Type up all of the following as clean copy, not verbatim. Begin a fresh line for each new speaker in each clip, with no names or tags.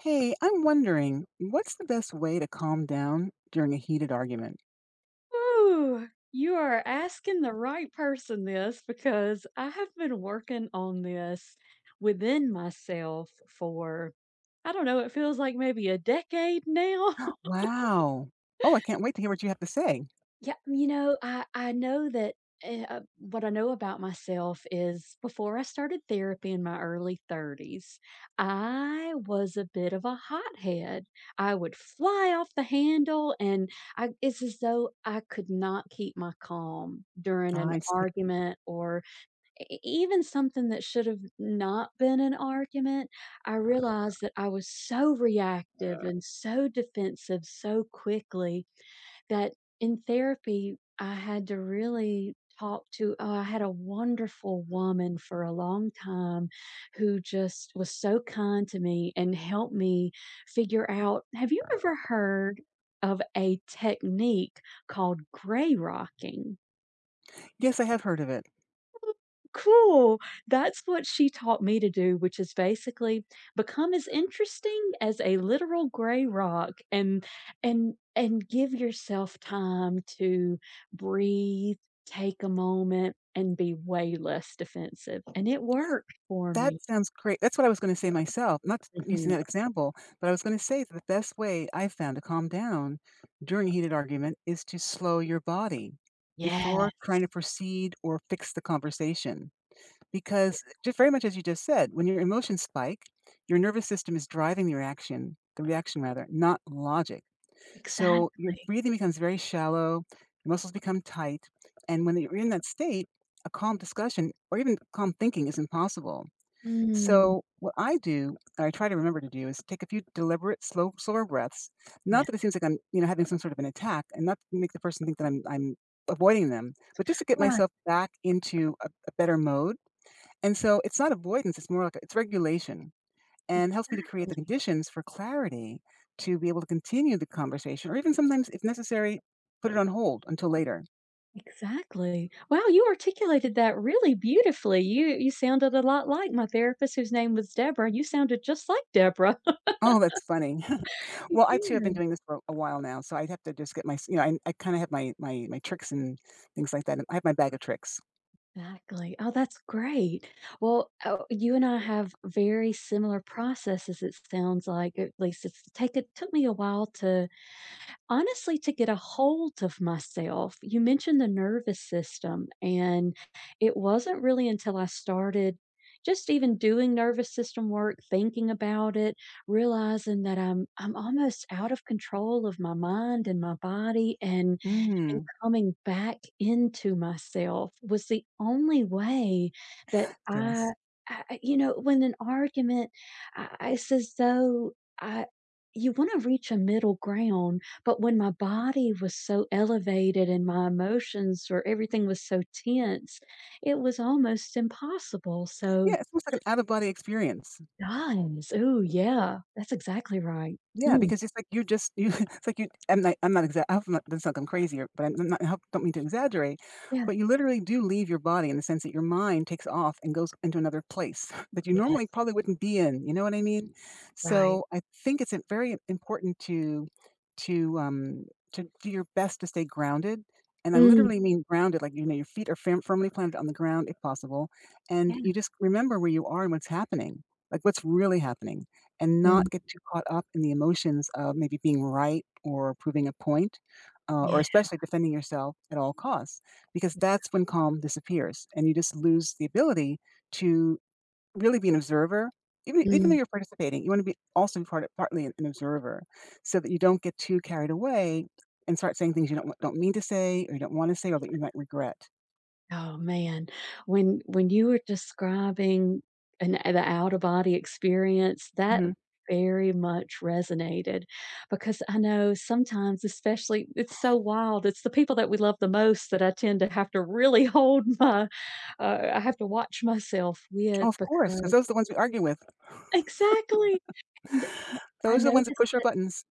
Hey, I'm wondering, what's the best way to calm down during a heated argument?
Ooh, you are asking the right person this because I have been working on this within myself for, I don't know, it feels like maybe a decade now.
Wow. Oh, I can't wait to hear what you have to say.
Yeah, I know that what I know about myself is before I started therapy in my early 30s, I was a bit of a hothead. I would fly off the handle, and I, it's as though I could not keep my calm during an
I see.
argument or even something that should have not been an argument. I realized that I was so reactive and so defensive so quickly that in therapy, I had to really talk to oh, I had a wonderful woman for a long time who just was so kind to me and helped me figure out, have you ever heard of a technique called gray rocking?
Yes, I have heard of it.
Cool. That's what she taught me to do, which is basically become as interesting as a literal gray rock and give yourself time to breathe, take a moment, and be way less defensive. And it worked for
That
me.
sounds great. That's what I was gonna say myself, not using
Mhm.
that example, but I was gonna say that the best way I've found to calm down during a heated argument is to slow your body before
Yes.
trying to proceed or fix the conversation. Because just very much as you just said, when your emotions spike, your nervous system is driving the reaction rather, not logic. So your
Exactly.
breathing becomes very shallow, your muscles become tight, and when you're in that state, a calm discussion or even calm thinking is impossible.
Mm.
So what I do, and I try to remember to do, is take a few deliberate, slow, slower breaths.
Yeah.
Not that it seems like I'm, you know, having some sort of an attack, and not to make the person think that I'm avoiding them, but just to get
Right.
myself back into a better mode. And so it's not avoidance; it's more like it's regulation, and helps me to create the
Exactly.
conditions for clarity to be able to continue the conversation, or even sometimes, if necessary, put it on hold until later.
Exactly. Wow, you articulated that really beautifully. You sounded a lot like my therapist whose name was Deborah. You sounded just like Deborah.
Oh, that's funny.
You
Well, I too have been
did.
doing this for a while now, so I'd have to just get my s you know, I kinda have my tricks and things like that. I have my bag of tricks.
Exactly. Oh, that's great. Well, oh, you and I have very similar processes, it sounds like. At least it's take it took me a while to honestly to get a hold of myself. You mentioned the nervous system, and it wasn't really until I started just even doing nervous system work, thinking about it, realizing that I'm almost out of control of my mind and my body and
Mm,
coming back into myself was the only way that I,
yes.
you know, when an argument, I, it's as though I, you want to reach a middle ground but when my body was so elevated and my emotions or everything was so tense, it was almost impossible.
Yeah,
So,
it's almost like an out of body experience.
guys, oh yeah, that's exactly right.
Yeah,
Mm,
because it's like you're just you it's like you I hope I'm not doesn't sound like I'm crazy or but I'm not I hope don't mean to exaggerate,
yeah.
but you literally do leave your body in the sense that your mind takes off and goes into another place that you normally
Yes,
probably wouldn't be in, you know what I mean?
right.
So, I think it's, very important to, to do your best to stay grounded, and I
Mm,
literally mean grounded, like, you know, your feet are firmly planted on the ground if possible,
yeah.
and you just remember where you are and what's happening, like, what's really happening. And not
Mm,
get too caught up in the emotions of maybe being right or proving a point, or
yeah,
especially defending yourself at all costs, because
yeah.
that's when calm disappears and you just lose the ability to really be an observer. Even though
Mm.
you're participating, you want to be also be part of, partly an observer so that you don't get too carried away and start saying things you don't mean to say or you don't want to say or that you might regret.
Oh man, when you were describing an the out of body experience, that
Hmm.
very much resonated because I know sometimes, especially it's so wild, it's the people that we love the most that I tend to have to really hold my I have to watch myself
Oh,
with
of course, because
because
those are the ones we argue with.
exactly. And I
Those are the ones that
noticed
push our
that
buttons.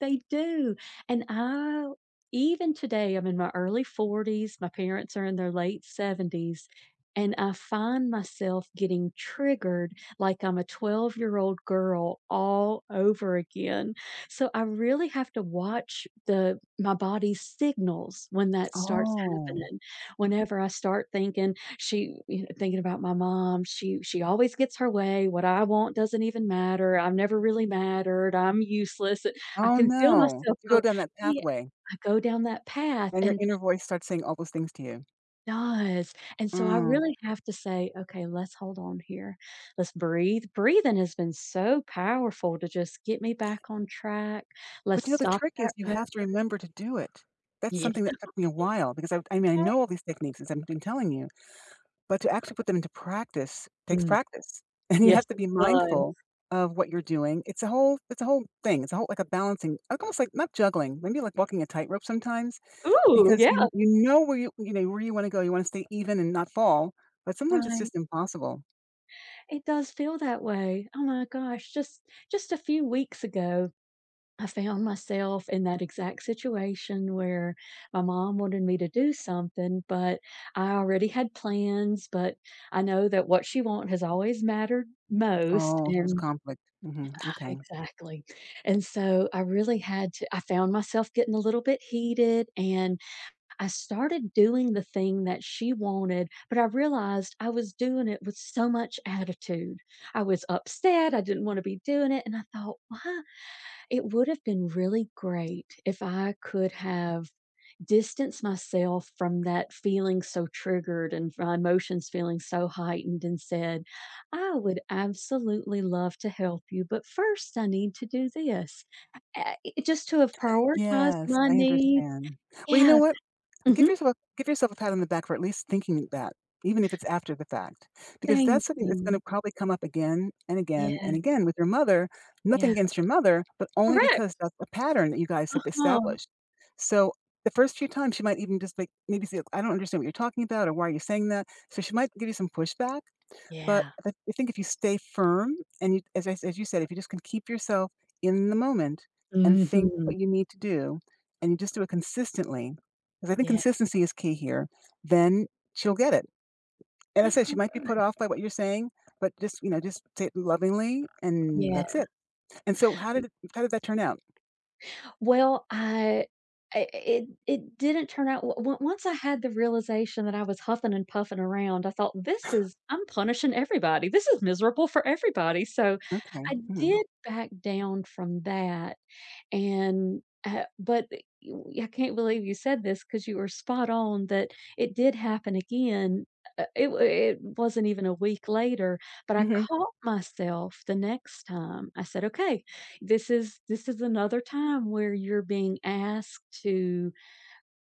they do, and I even today, I'm in my early 40s, my parents are in their late 70s, and I find myself getting triggered like I'm a 12-year-old girl all over again. So, I really have to watch the my body's signals when that starts
Oh.
happening. Whenever I start thinking, "She" you know, thinking about my mom, "She always gets her way, what I want doesn't even matter, I've never really mattered, I'm useless." I
Oh,
can feel
no.
myself
You go
go
down that
yeah,
pathway,
I go down that path
and your
and it
inner voice starts saying all those things to you.
does, and so I
Mm.
really have to say, "Okay, let's hold on here. Let's breathe." Breathing has been so powerful to just get me back on track. Let's
But, you know, the
stop
trick is
that
you
ra.
have to remember to do it. That's
Yeah.
something that took me a while because I mean, I know all these techniques as I've been telling you, but to actually put them into practice takes
Mm,
practice, and you
yes,
have to
it
be
does.
mindful of what you're doing. It's a whole thing. It's a whole like a balancing like, almost like not juggling, maybe like walking a tightrope sometimes
Ooh,
because
yeah.
you know, where you wanna go. You wanna stay even and not fall, but sometimes it's
Right.
just impossible.
It does feel that way. Oh my gosh, just a few weeks ago I found myself in that exact situation where my mom wanted me to do something, but I already had plans, but I know that what she want has always mattered most
Oh, so it's
and
conflict. Mhm, okay.
exactly. And so I really had to I found myself getting a little bit heated and I started doing the thing that she wanted, but I realized I was doing it with so much attitude. I was upset, I didn't want to be doing it, and I thought, "Why it would have been really great if I could have distanced myself from that feeling so triggered and my emotions feeling so heightened and said, "I would absolutely love to help you, but first I need to do this." It just to have prioritized
Yes,
my
I
needs.
understand. Well, you know
Yeah.
what?
Mhm.
Give yourself a pat on the back for at least thinking that, even if it's after the fact, because
Thank
that's something that's
you.
gonna probably come up again and
Yeah,
again and again with your mother. Nothing
yeah.
against your mother, but only
Correct.
because that's a pattern that you guys have
uh
established. So, the first few times, she might even just, like, maybe say, "I don't understand what you're talking about," or, "Why are you saying that?" So she might give you some pushback. But
Yeah.
I th I think if you stay firm and you as I as you said, if you just can keep yourself in the moment and think of
Mhm.
what you need to do, and you just do it consistently, because I think
Yeah.
consistency is key here, then she'll get it. And I said
Thank
she
you.
might be put off by what you're saying, but just, you know, just say it lovingly, and
Yeah.
that's it. And so how did that turn out?
Well, I it it didn't turn out w w once I had the realization that I was huffing and puffing around, I thought, "This is I'm punishing everybody. This is miserable for everybody." So,
Okay.
I
Mhm.
did back down from that, and, but y I can't believe you said this because you were spot on that it did happen again. It wa it wasn't even a week later, but I
Mhm.
caught myself the next time. I said, "Okay, this is another time where you're being asked to"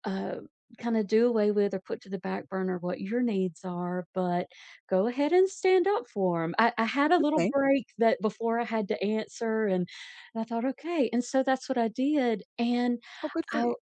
uh, kind of do away with or put to the back burner what your needs are, but go ahead and stand up for them. I had a little
Okay.
break that before I had to answer, and I thought, okay. And so that's what I did. And
Oh, good for
I
you.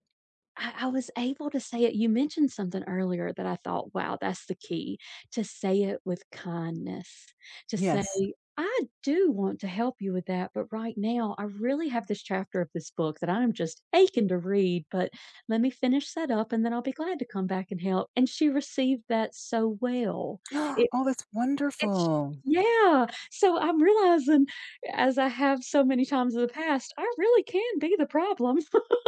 I was able to say it you mentioned something earlier that I thought, "Wow, that's the key," to say it with kindness, to say,
Yes.
"I do want to help you with that, but right now, I really have this chapter of this book that I'm just aching to read, but let me finish that up, and then I'll be glad to come back and help," and she received that so well.
Oh,
It
that's
it's.
wonderful.
Yeah, so I'm realizing, as I have so many times in the past, I really can be the problem.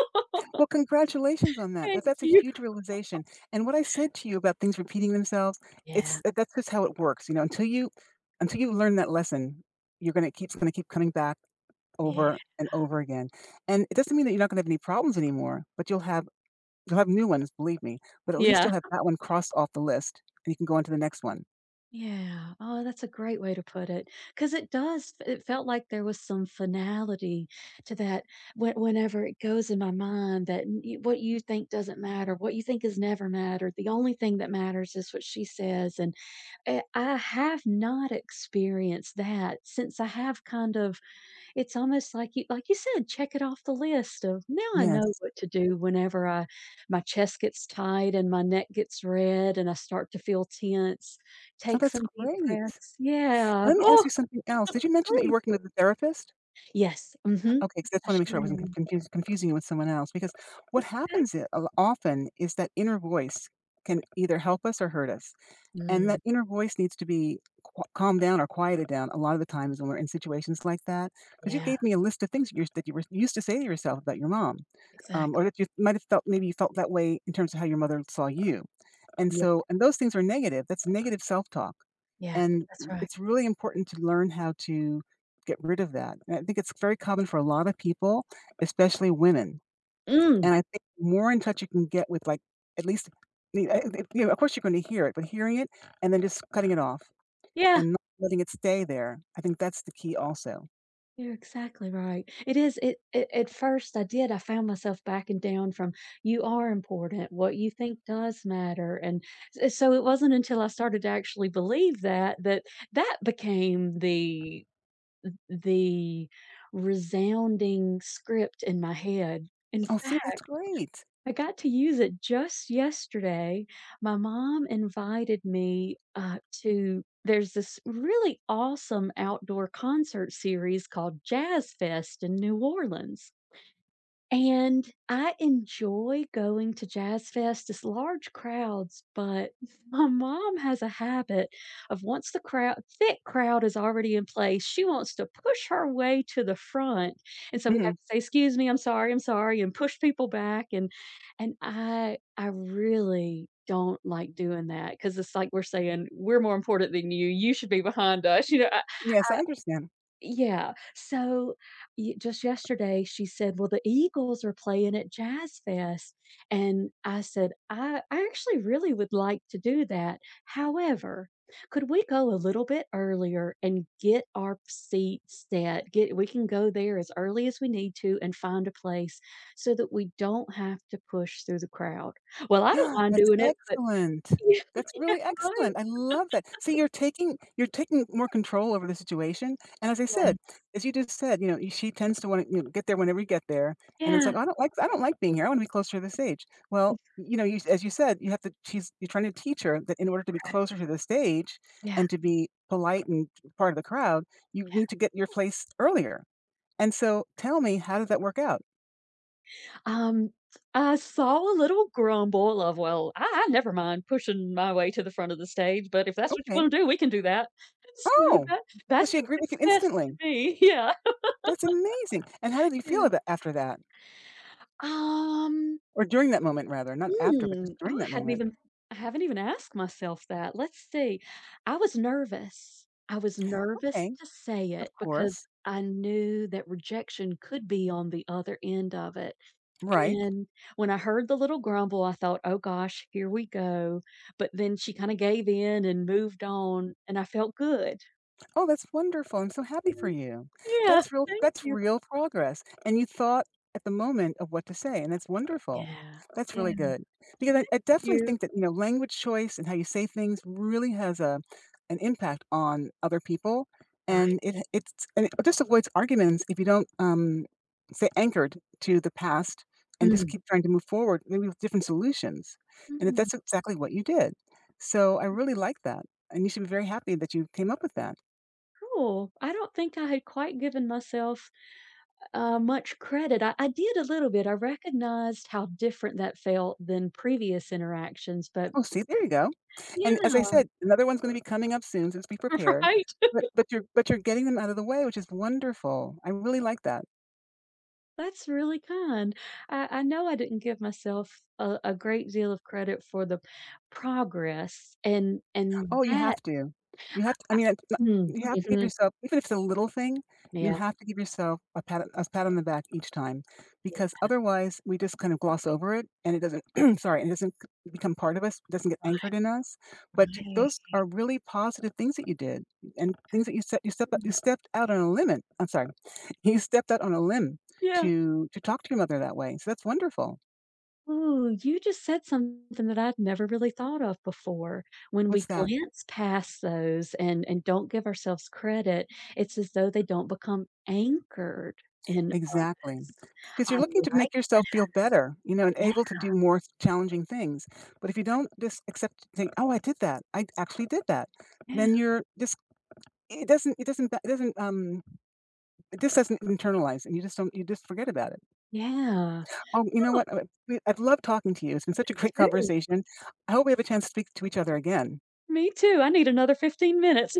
Well, congratulations on that.
Thank
That's a
you.
huge realization, and what I said to you about things repeating themselves, it's
Yeah,
that that's just how it works, you know, until you learn that lesson, you're gonna keep it's gonna keep coming back
yeah.
over and over again, and it doesn't mean that you're not gonna have any problems anymore, but You'll have new ones, believe me, but at least
Yeah.
you'll have that one crossed off the list, and you can go on to the next one.
Yeah. Oh, that's a great way to put it, because it does it felt like there was some finality to that whe whenever it goes in my mind that y what you think doesn't matter, what you think has never mattered, the only thing that matters is what she says, and, I have not experienced that since I have kind of. It's almost like you said, check it off the list of, "Now I know
Yes.
what to do whenever I my chest gets tight and my neck gets red and I start to feel tense.
Oh,
Take
that's
some deep
great.
breaths."
And
Yeah.
let me ask
Oh,
you something else. Did you mention that you're
please.
working with a therapist?
Yes. Mm. Mhm.
Okay, 'cause I just
I
wanna make
sure
sure I wasn't
am.
confusing you with someone else, because what
That's okay.
happens I o often is that inner voice can either help us or hurt us, and
Mm,
that inner voice needs to be q calmed down or quieted down a lot of the times when we're in situations like that, because you
yeah,
gave me a list of things that you were used to say to yourself about your mom, or
exactly.
that you might have felt maybe you felt that way in terms of how your mother saw you.
Yeah.
And those things are negative. That's negative self-talk,
Yeah,
and
that's right.
it's really important to learn how to get rid of that, and I think it's very common for a lot of people, especially women,
Mm,
and I think the more in touch you can get with, like, at least I mean, I you know, of course you're gonna hear it, but hearing it and then just cutting it off
yeah.
and not letting it stay there, I think that's the key also.
You're exactly right. It is it, it at first I did. I found myself backing down from you are important. What you think does matter. And so it wasn't until I started to actually believe that that that became the resounding script in my head. In
Oh, see, that's
fact,
great.
I got to use it just yesterday. My mom invited me to, there's this really awesome outdoor concert series called Jazz Fest in New Orleans. And I enjoy going to Jazz Fest, it's large crowds, but my mom has a habit of once the crowd thick crowd is already in place, she wants to push her way to the front, and so we have
Mhm.
to say, "Excuse me, I'm sorry," and push people back, and I really don't like doing that because it's like we're saying, "We're more important than you, you should be behind us," you know, I
Yes, I understand.
yeah. So y just yesterday, she said, "Well, the Eagles are playing at Jazz Fest." And I said, I actually really would like to do that. However, could we go a little bit earlier and get our seats? Set? Get we can go there as early as we need to and find a place so that we don't have to push through the crowd." Well, I don't mind
That's
doing it, but
excellent.
Yeah,
That's
yeah,
really
right?
excellent. I love that. See, you're taking more control over the situation, and as I
Yeah.
said, as you just said, you know, y she tends to wanna, you know, get there whenever you get there, and it's
Yeah.
like, I don't like being here. I wanna be closer to this age." Well,
That's
you know, you as you said, you have to she's you're trying to teach her that in order to be
right.
closer to the stage
Yeah.
and to be polite and part of the crowd, you need to get your place earlier, and so, tell me, how did that work out?
Um, I saw a little grumble of, "Well, I never mind pushing my way to the front of the stage, but if that's what you
Okay.
wanna do, we can do that." So
Oh,
that
so
that's
she
a
agreed with you
success to
instantly.
me. Yeah,
That's amazing, and how did you feel
yeah.
about after that?
Um,
Or during that moment rather, not after, but
Hmm.
just during
oh, I
that
hadn't
moment.
even I haven't even asked myself that. Let's see. I was nervous. I was nervous
Okay,
to say
of
it because
course.
I knew that rejection could be on the other end of it.
Right.
And when I heard the little grumble, I thought, "Oh gosh, here we go." But then she kinda gave in and moved on, and I felt good.
Oh, that's wonderful. I'm so happy for
Mhm.
you.
Yeah, thank
That's
you.
real progress, and you thought at the moment of what to say, and that's wonderful.
Yeah.
That's
Yeah.
really
Thank
good. Because I definitely
you.
think that, you know, language choice and how you say things really has a an impact on other people,
Right.
and it it's and it just avoids arguments if you don't, stay anchored to the past and just
Mm.
keep trying to move forward, maybe with different solutions, and if
Mm.
that's exactly what you did. So I really like that, and you should be very happy that you came up with that.
Cool. I don't think I had quite given myself, much credit. I did a little bit. I recognized how different that felt than previous interactions, but
Oh, see, there you go, and as I
yeah,
said, another one's gonna be coming up soon, so just be prepared,
right?
but you're getting them out of the way, which is wonderful. I really like that.
That's really kind. I know I didn't give myself a great deal of credit for the progress and
Oh, you
that
have to. It's not
mm,
you have to give
mhm,
yourself even if it's a little thing, you
yeah,
have to give yourself a pat on the back each time,
yeah,
because otherwise we just kind of gloss over it, and it doesn't sorry, and it doesn't become part of us, doesn't get
right.
anchored in us, but you
Right.
those are really positive things that you did and things that you set you step
Mm.
you stepped out on a limit I'm sorry, you stepped out on a limb
Yeah.
to talk to your mother that way, so that's wonderful.
Ooh, you just said something that I'd never really thought of before. When we
What's that?
glance past those and don't give ourselves credit, it's as though they don't become anchored in
Exactly.
us.
Because
I
you're looking to
like
make
that.
yourself feel better, you know, and
Yeah,
able to do more challenging things. But if you don't just accept, think, "Oh, I did that. I actually did that,"
yeah,
then you're just it doesn't it just doesn't internalize, and you just don't you just forget about it.
yeah.
Oh, you know
Oh,
what? I've loved talking to you. It's been such a great
me too.
conversation. I hope we have a chance to speak to each other again.
Me too. I need another 15 minutes.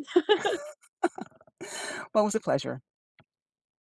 Well, it was a pleasure.